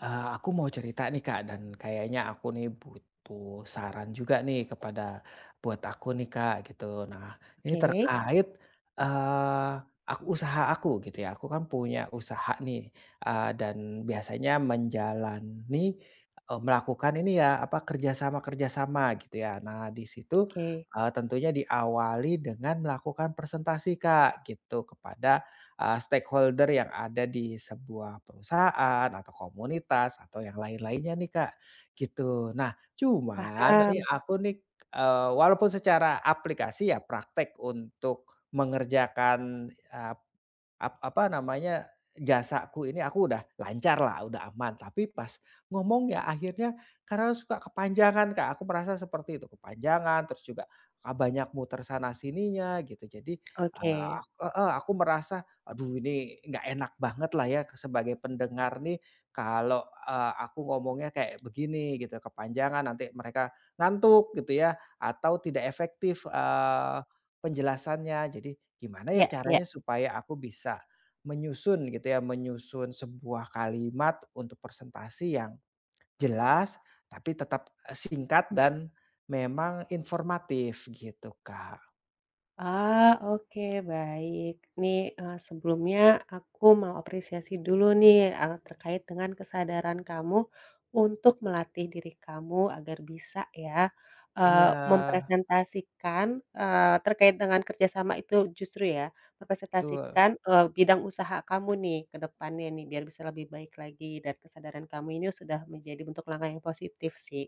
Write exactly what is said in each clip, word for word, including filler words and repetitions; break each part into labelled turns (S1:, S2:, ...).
S1: Eee, aku mau cerita nih, Kak, dan kayaknya aku nih butuh saran juga nih kepada buat aku nih, Kak, gitu. Nah, ini
S2: Oke,
S1: terkait, eee, aku usaha aku gitu ya, aku kan punya usaha nih, eee, dan biasanya menjalani, eee, melakukan ini ya, apa, kerjasama kerjasama gitu ya. Nah, di situ,
S2: oke,
S1: eee, tentunya diawali dengan melakukan presentasi, Kak, gitu, kepada eee, stakeholder yang ada di sebuah perusahaan atau komunitas atau yang lain-lainnya nih, Kak, gitu. Nah, cuman tadi
S2: paham,
S1: aku nih, eee, walaupun secara aplikasi ya praktek untuk mengerjakan, eee Ap apa namanya, jasaku ini aku udah lancar lah udah aman. Tapi pas ngomong ya akhirnya karena suka kepanjangan, Kak, aku merasa seperti itu, kepanjangan, terus juga, ah, banyak muter sana sininya gitu. Jadi,
S2: oke,
S1: eee, ak heeh, aku merasa, aduh ini nggak enak banget lah ya sebagai pendengar nih kalau, eee, aku ngomongnya kayak begini gitu, kepanjangan nanti mereka ngantuk gitu ya, atau tidak efektif, eee, Penjelasannya, jadi gimana ya
S2: ya, ya.
S1: caranya supaya aku bisa menyusun gitu ya, menyusun sebuah kalimat untuk presentasi yang jelas, tapi tetap, eh, singkat dan memang informatif gitu, Kak.
S2: Ah, oke, baik. Nih, eee, sebelumnya aku mau apresiasi dulu nih, eee, terkait dengan kesadaran kamu untuk melatih diri kamu agar bisa ya,
S1: Iya,
S2: eee, mempresentasikan, eee, terkait dengan kerjasama itu justru ya,
S1: betul.
S2: mempresentasikan, eee, bidang usaha kamu nih ke depannya nih biar bisa lebih baik lagi, dan kesadaran kamu ini sudah menjadi bentuk langkah yang positif sih,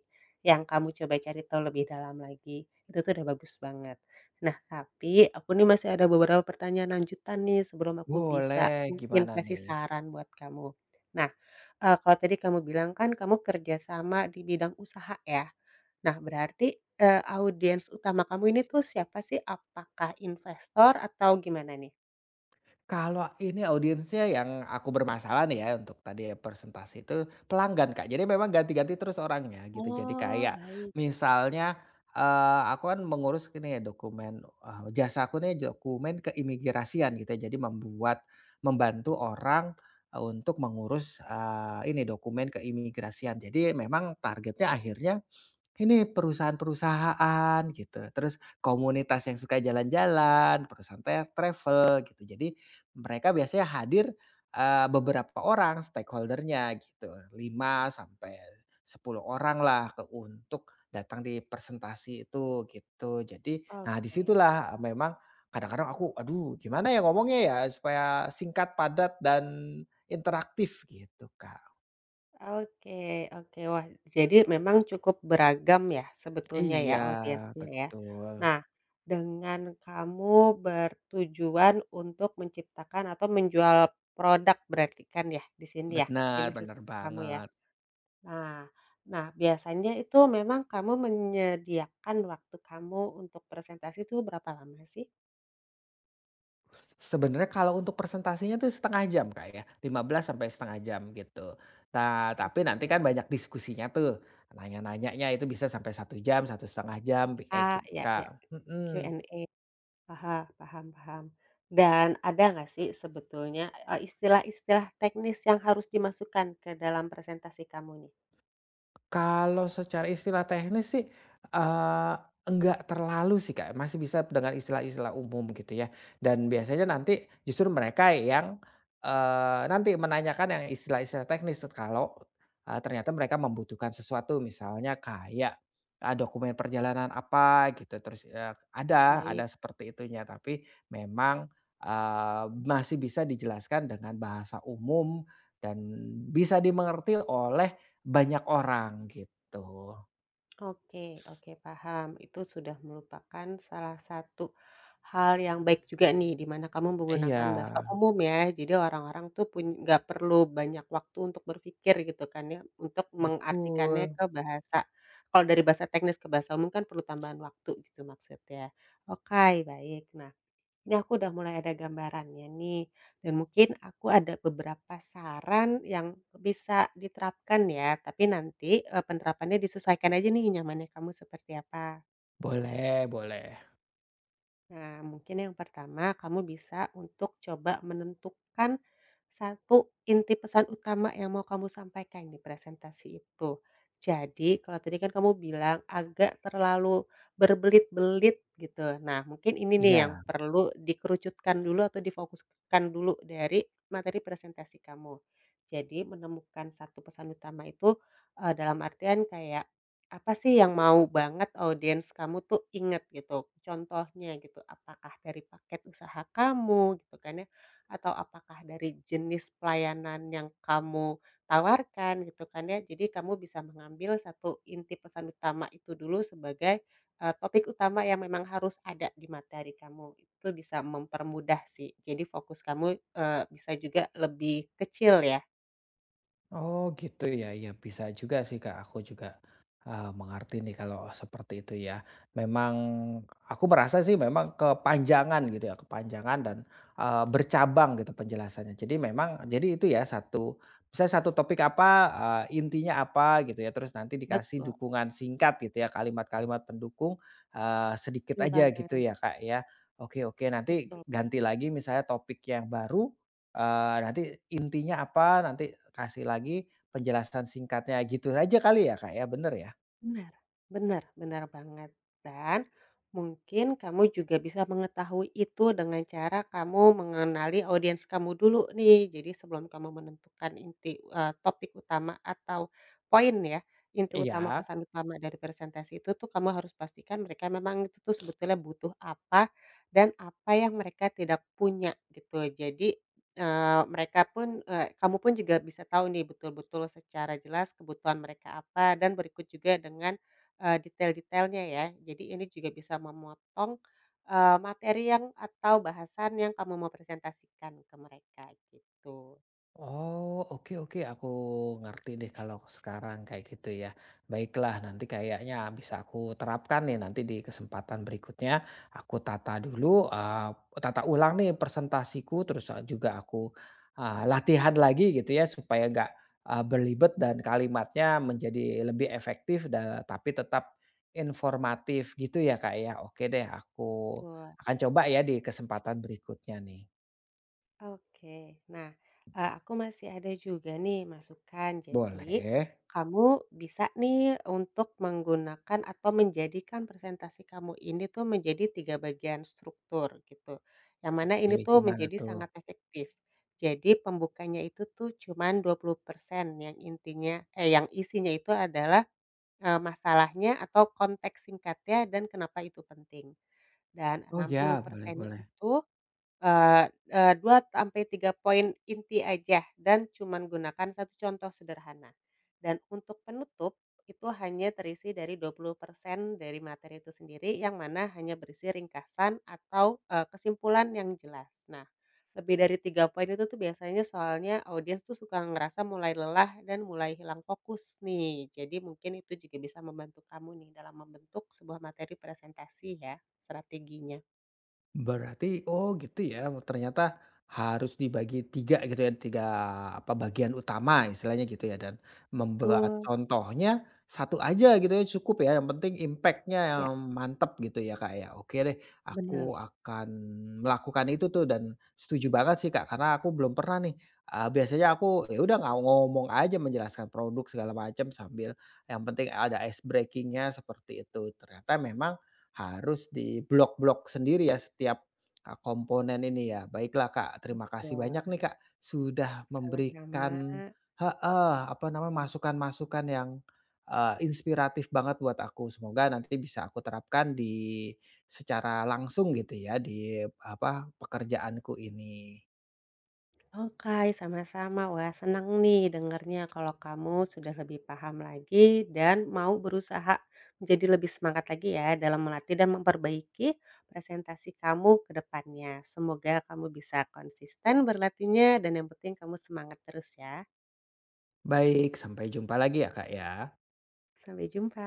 S2: yang kamu coba cari tahu lebih dalam lagi, itu tuh udah bagus banget. Nah, tapi aku nih masih ada beberapa pertanyaan lanjutan nih sebelum aku bisa
S1: Boleh,
S2: mungkin
S1: gimana
S2: kasih
S1: nih?
S2: saran buat kamu. Nah, eee, kalau tadi kamu bilang kan kamu kerja sama di bidang usaha ya. Nah, berarti, eee, audiens utama kamu ini tuh siapa sih? Apakah investor atau gimana nih?
S1: Kalau ini audiensnya yang aku bermasalah nih ya untuk tadi ya presentasi itu pelanggan, Kak. Jadi memang ganti-ganti terus orangnya gitu. Jadi
S2: Oh,
S1: kayak
S2: baik.
S1: misalnya, eee, aku kan mengurus ini ya dokumen, eee, jasa aku nih dokumen keimigrasian gitu ya. Jadi membuat membantu orang eh, untuk mengurus, eee, ini dokumen keimigrasian. Jadi memang targetnya akhirnya ini perusahaan-perusahaan gitu, terus komunitas yang suka jalan-jalan, perusahaan tra travel gitu. Jadi mereka biasanya hadir, eee, beberapa orang stakeholdernya gitu, lima sampai sepuluh orang lah ke untuk datang di presentasi itu gitu. Jadi, nah
S2: Oke.
S1: disitulah memang kadang-kadang aku, "Aduh gimana ya ngomongnya ya supaya singkat, padat, dan interaktif?" Gitu, Kak.
S2: Oke, oke. Wah, jadi memang cukup beragam ya sebetulnya ya
S1: Iya,
S2: audiensnya ya.
S1: betul.
S2: Nah, dengan kamu bertujuan untuk menciptakan atau menjual produk berarti kan ya di sini ya,
S1: Benar
S2: jenis
S1: benar
S2: usaha kamu ya?
S1: banget.
S2: Nah, nah, biasanya itu memang kamu menyediakan waktu kamu untuk presentasi itu berapa lama sih?
S1: Sebenarnya kalau untuk presentasinya tuh setengah jam, Kak, ya, lima belas sampai setengah jam gitu. Nah, tapi nanti kan
S2: Oke,
S1: banyak diskusinya tuh, nanya-nanyanya itu bisa sampai satu jam, satu setengah jam, kayak
S2: A
S1: gitu,
S2: ya, ya,
S1: Kak. Mhm.
S2: Q A. Paham, paham, paham. Dan ada nggak sih sebetulnya, eee, istilah-istilah teknis yang harus dimasukkan ke dalam presentasi kamu nih?
S1: Kalau secara istilah teknis sih, eee, enggak terlalu sih, Kak, masih bisa dengan istilah-istilah umum gitu ya, dan biasanya nanti justru mereka yang, eee, nanti menanyakan yang istilah-istilah teknis kalau, eee, ternyata mereka membutuhkan sesuatu misalnya kayak, eee, dokumen perjalanan apa gitu terus, eee, ada ada
S2: Baik.
S1: seperti itunya tapi memang, eee, masih bisa dijelaskan dengan bahasa umum dan bisa dimengerti oleh banyak orang gitu.
S2: Oke, oke, paham. Itu sudah melupakan salah satu hal yang baik juga nih, di mana kamu
S1: Iya,
S2: menggunakan bahasa umum ya. Jadi orang-orang tuh pun nggak perlu banyak waktu untuk berpikir gitu kan ya, untuk mengartikannya
S1: betul.
S2: ke bahasa. Kalau dari bahasa teknis ke bahasa umum kan perlu tambahan waktu gitu maksudnya. Oke, baik. Nah. Ini aku udah mulai ada gambarannya nih, dan mungkin aku ada beberapa saran yang bisa diterapkan ya, tapi nanti, eee, penerapannya disesuaikan aja nih nyamannya kamu seperti apa.
S1: Boleh boleh.
S2: Nah, mungkin yang pertama kamu bisa untuk coba menentukan satu inti pesan utama yang mau kamu sampaikan di presentasi itu. Jadi, kalau tadi kan kamu bilang agak terlalu berbelit-belit gitu. Nah, mungkin ini nih yang
S1: Iya.
S2: perlu dikerucutkan dulu atau difokuskan dulu dari materi presentasi kamu. Jadi, menemukan satu pesan utama itu, eh, dalam artian kayak apa sih yang mau banget audiens kamu tuh inget gitu? Contohnya gitu, apakah dari paket usaha kamu gitu kan ya, atau apakah dari jenis pelayanan yang kamu tawarkan gitu kan ya. Jadi kamu bisa mengambil satu inti pesan utama itu dulu sebagai, eee, topik utama yang memang harus ada di materi kamu. Itu bisa mempermudah sih. Jadi fokus kamu, eee, bisa juga lebih kecil ya.
S1: Oh gitu ya, ya bisa juga sih, Kak, aku juga, eee, mengerti nih kalau seperti itu ya. Memang aku merasa sih memang kepanjangan gitu ya, kepanjangan dan, eee, bercabang gitu penjelasannya. Jadi memang jadi itu ya satu misalnya satu topik apa, eee, intinya apa gitu ya, terus nanti dikasih
S2: Betul.
S1: dukungan singkat gitu ya, kalimat-kalimat pendukung, eee, sedikit
S2: Betul
S1: aja gitu
S2: banget,
S1: ya, Kak, ya. Oke, oke, nanti
S2: betul.
S1: ganti lagi misalnya topik yang baru. Eee, nanti intinya apa, nanti kasih lagi penjelasan singkatnya gitu aja kali ya, Kak, ya, bener ya?
S2: Benar. Benar, benar banget, dan mungkin kamu juga bisa mengetahui itu dengan cara kamu mengenali audiens kamu dulu nih. Jadi sebelum kamu menentukan inti, eee, topik utama atau poin ya, inti utama,
S1: Iya.
S2: pesan utama dari presentasi itu tuh kamu harus pastikan mereka memang itu tuh sebetulnya butuh apa, dan apa yang mereka tidak punya gitu. Jadi, Eee, mereka pun, eee, kamu pun juga bisa tahu nih betul-betul secara jelas kebutuhan mereka apa, dan berikut juga dengan, eee, detail-detailnya ya. Jadi ini juga bisa memotong, eee, materi yang atau bahasan yang kamu mau presentasikan ke mereka gitu.
S1: Oh, oke, oke, aku ngerti deh kalau sekarang kayak gitu ya. Baiklah, nanti kayaknya bisa aku terapkan nih nanti di kesempatan berikutnya. Aku tata dulu, eee, tata ulang nih presentasiku, terus, eh, juga aku, eee, latihan lagi gitu ya supaya nggak, eee, berlibet dan kalimatnya menjadi lebih efektif dan tapi tetap informatif gitu ya, Kak, ya. Oke deh, aku akan coba ya di kesempatan berikutnya nih.
S2: Oke. Nah, eee, aku masih ada juga nih masukan. Jadi,
S1: Boleh.
S2: kamu bisa nih untuk menggunakan atau menjadikan presentasi kamu ini tuh menjadi tiga bagian struktur gitu. Yang mana
S1: Oke,
S2: ini tuh
S1: gimana
S2: menjadi
S1: tuh?
S2: sangat efektif. Jadi pembukanya itu tuh cuman dua puluh persen, yang intinya, eh, yang isinya itu adalah, eee, masalahnya atau konteks singkatnya dan kenapa itu penting. Dan
S1: Oh ya, boleh
S2: enam puluh persen
S1: boleh.
S2: itu Eee eee, dua sampai tiga poin inti aja dan cuman gunakan satu contoh sederhana. Dan untuk penutup, itu hanya terisi dari dua puluh persen dari materi itu sendiri, yang mana hanya berisi ringkasan atau, eee, kesimpulan yang jelas. Nah, lebih dari tiga poin itu tuh biasanya soalnya audiens tuh suka ngerasa mulai lelah dan mulai hilang fokus nih. Jadi mungkin itu juga bisa membantu kamu nih dalam membentuk sebuah materi presentasi ya, strateginya.
S1: Berarti oh gitu ya, ternyata harus dibagi tiga gitu ya, tiga apa, bagian utama istilahnya gitu ya, dan membuat
S2: tuh
S1: contohnya satu aja gitu ya cukup ya, yang penting impactnya yang
S2: Ya,
S1: mantep gitu ya, Kak, ya. Oke deh, aku
S2: benar.
S1: akan melakukan itu tuh dan setuju banget sih, Kak, karena aku belum pernah nih, eee, biasanya aku ya udah nggak ngomong aja menjelaskan produk segala macam sambil yang penting ada ice breakingnya seperti itu. Ternyata memang harus di blok-blok sendiri ya setiap, eee, komponen ini ya. Baiklah, Kak, terima kasih
S2: Wah,
S1: banyak nih, Kak, sudah
S2: sama-sama.
S1: memberikan heeh, apa namanya, masukan-masukan yang, eee, inspiratif banget buat aku. Semoga nanti bisa aku terapkan di secara langsung gitu ya di apa, pekerjaanku ini.
S2: Oke, sama-sama. Wah, senang nih dengarnya kalau kamu sudah lebih paham lagi dan mau berusaha menjadi lebih semangat lagi ya dalam melatih dan memperbaiki presentasi kamu ke depannya. Semoga kamu bisa konsisten berlatihnya dan yang penting kamu semangat terus ya.
S1: Baik, sampai jumpa lagi ya, Kak, ya.
S2: Sampai jumpa.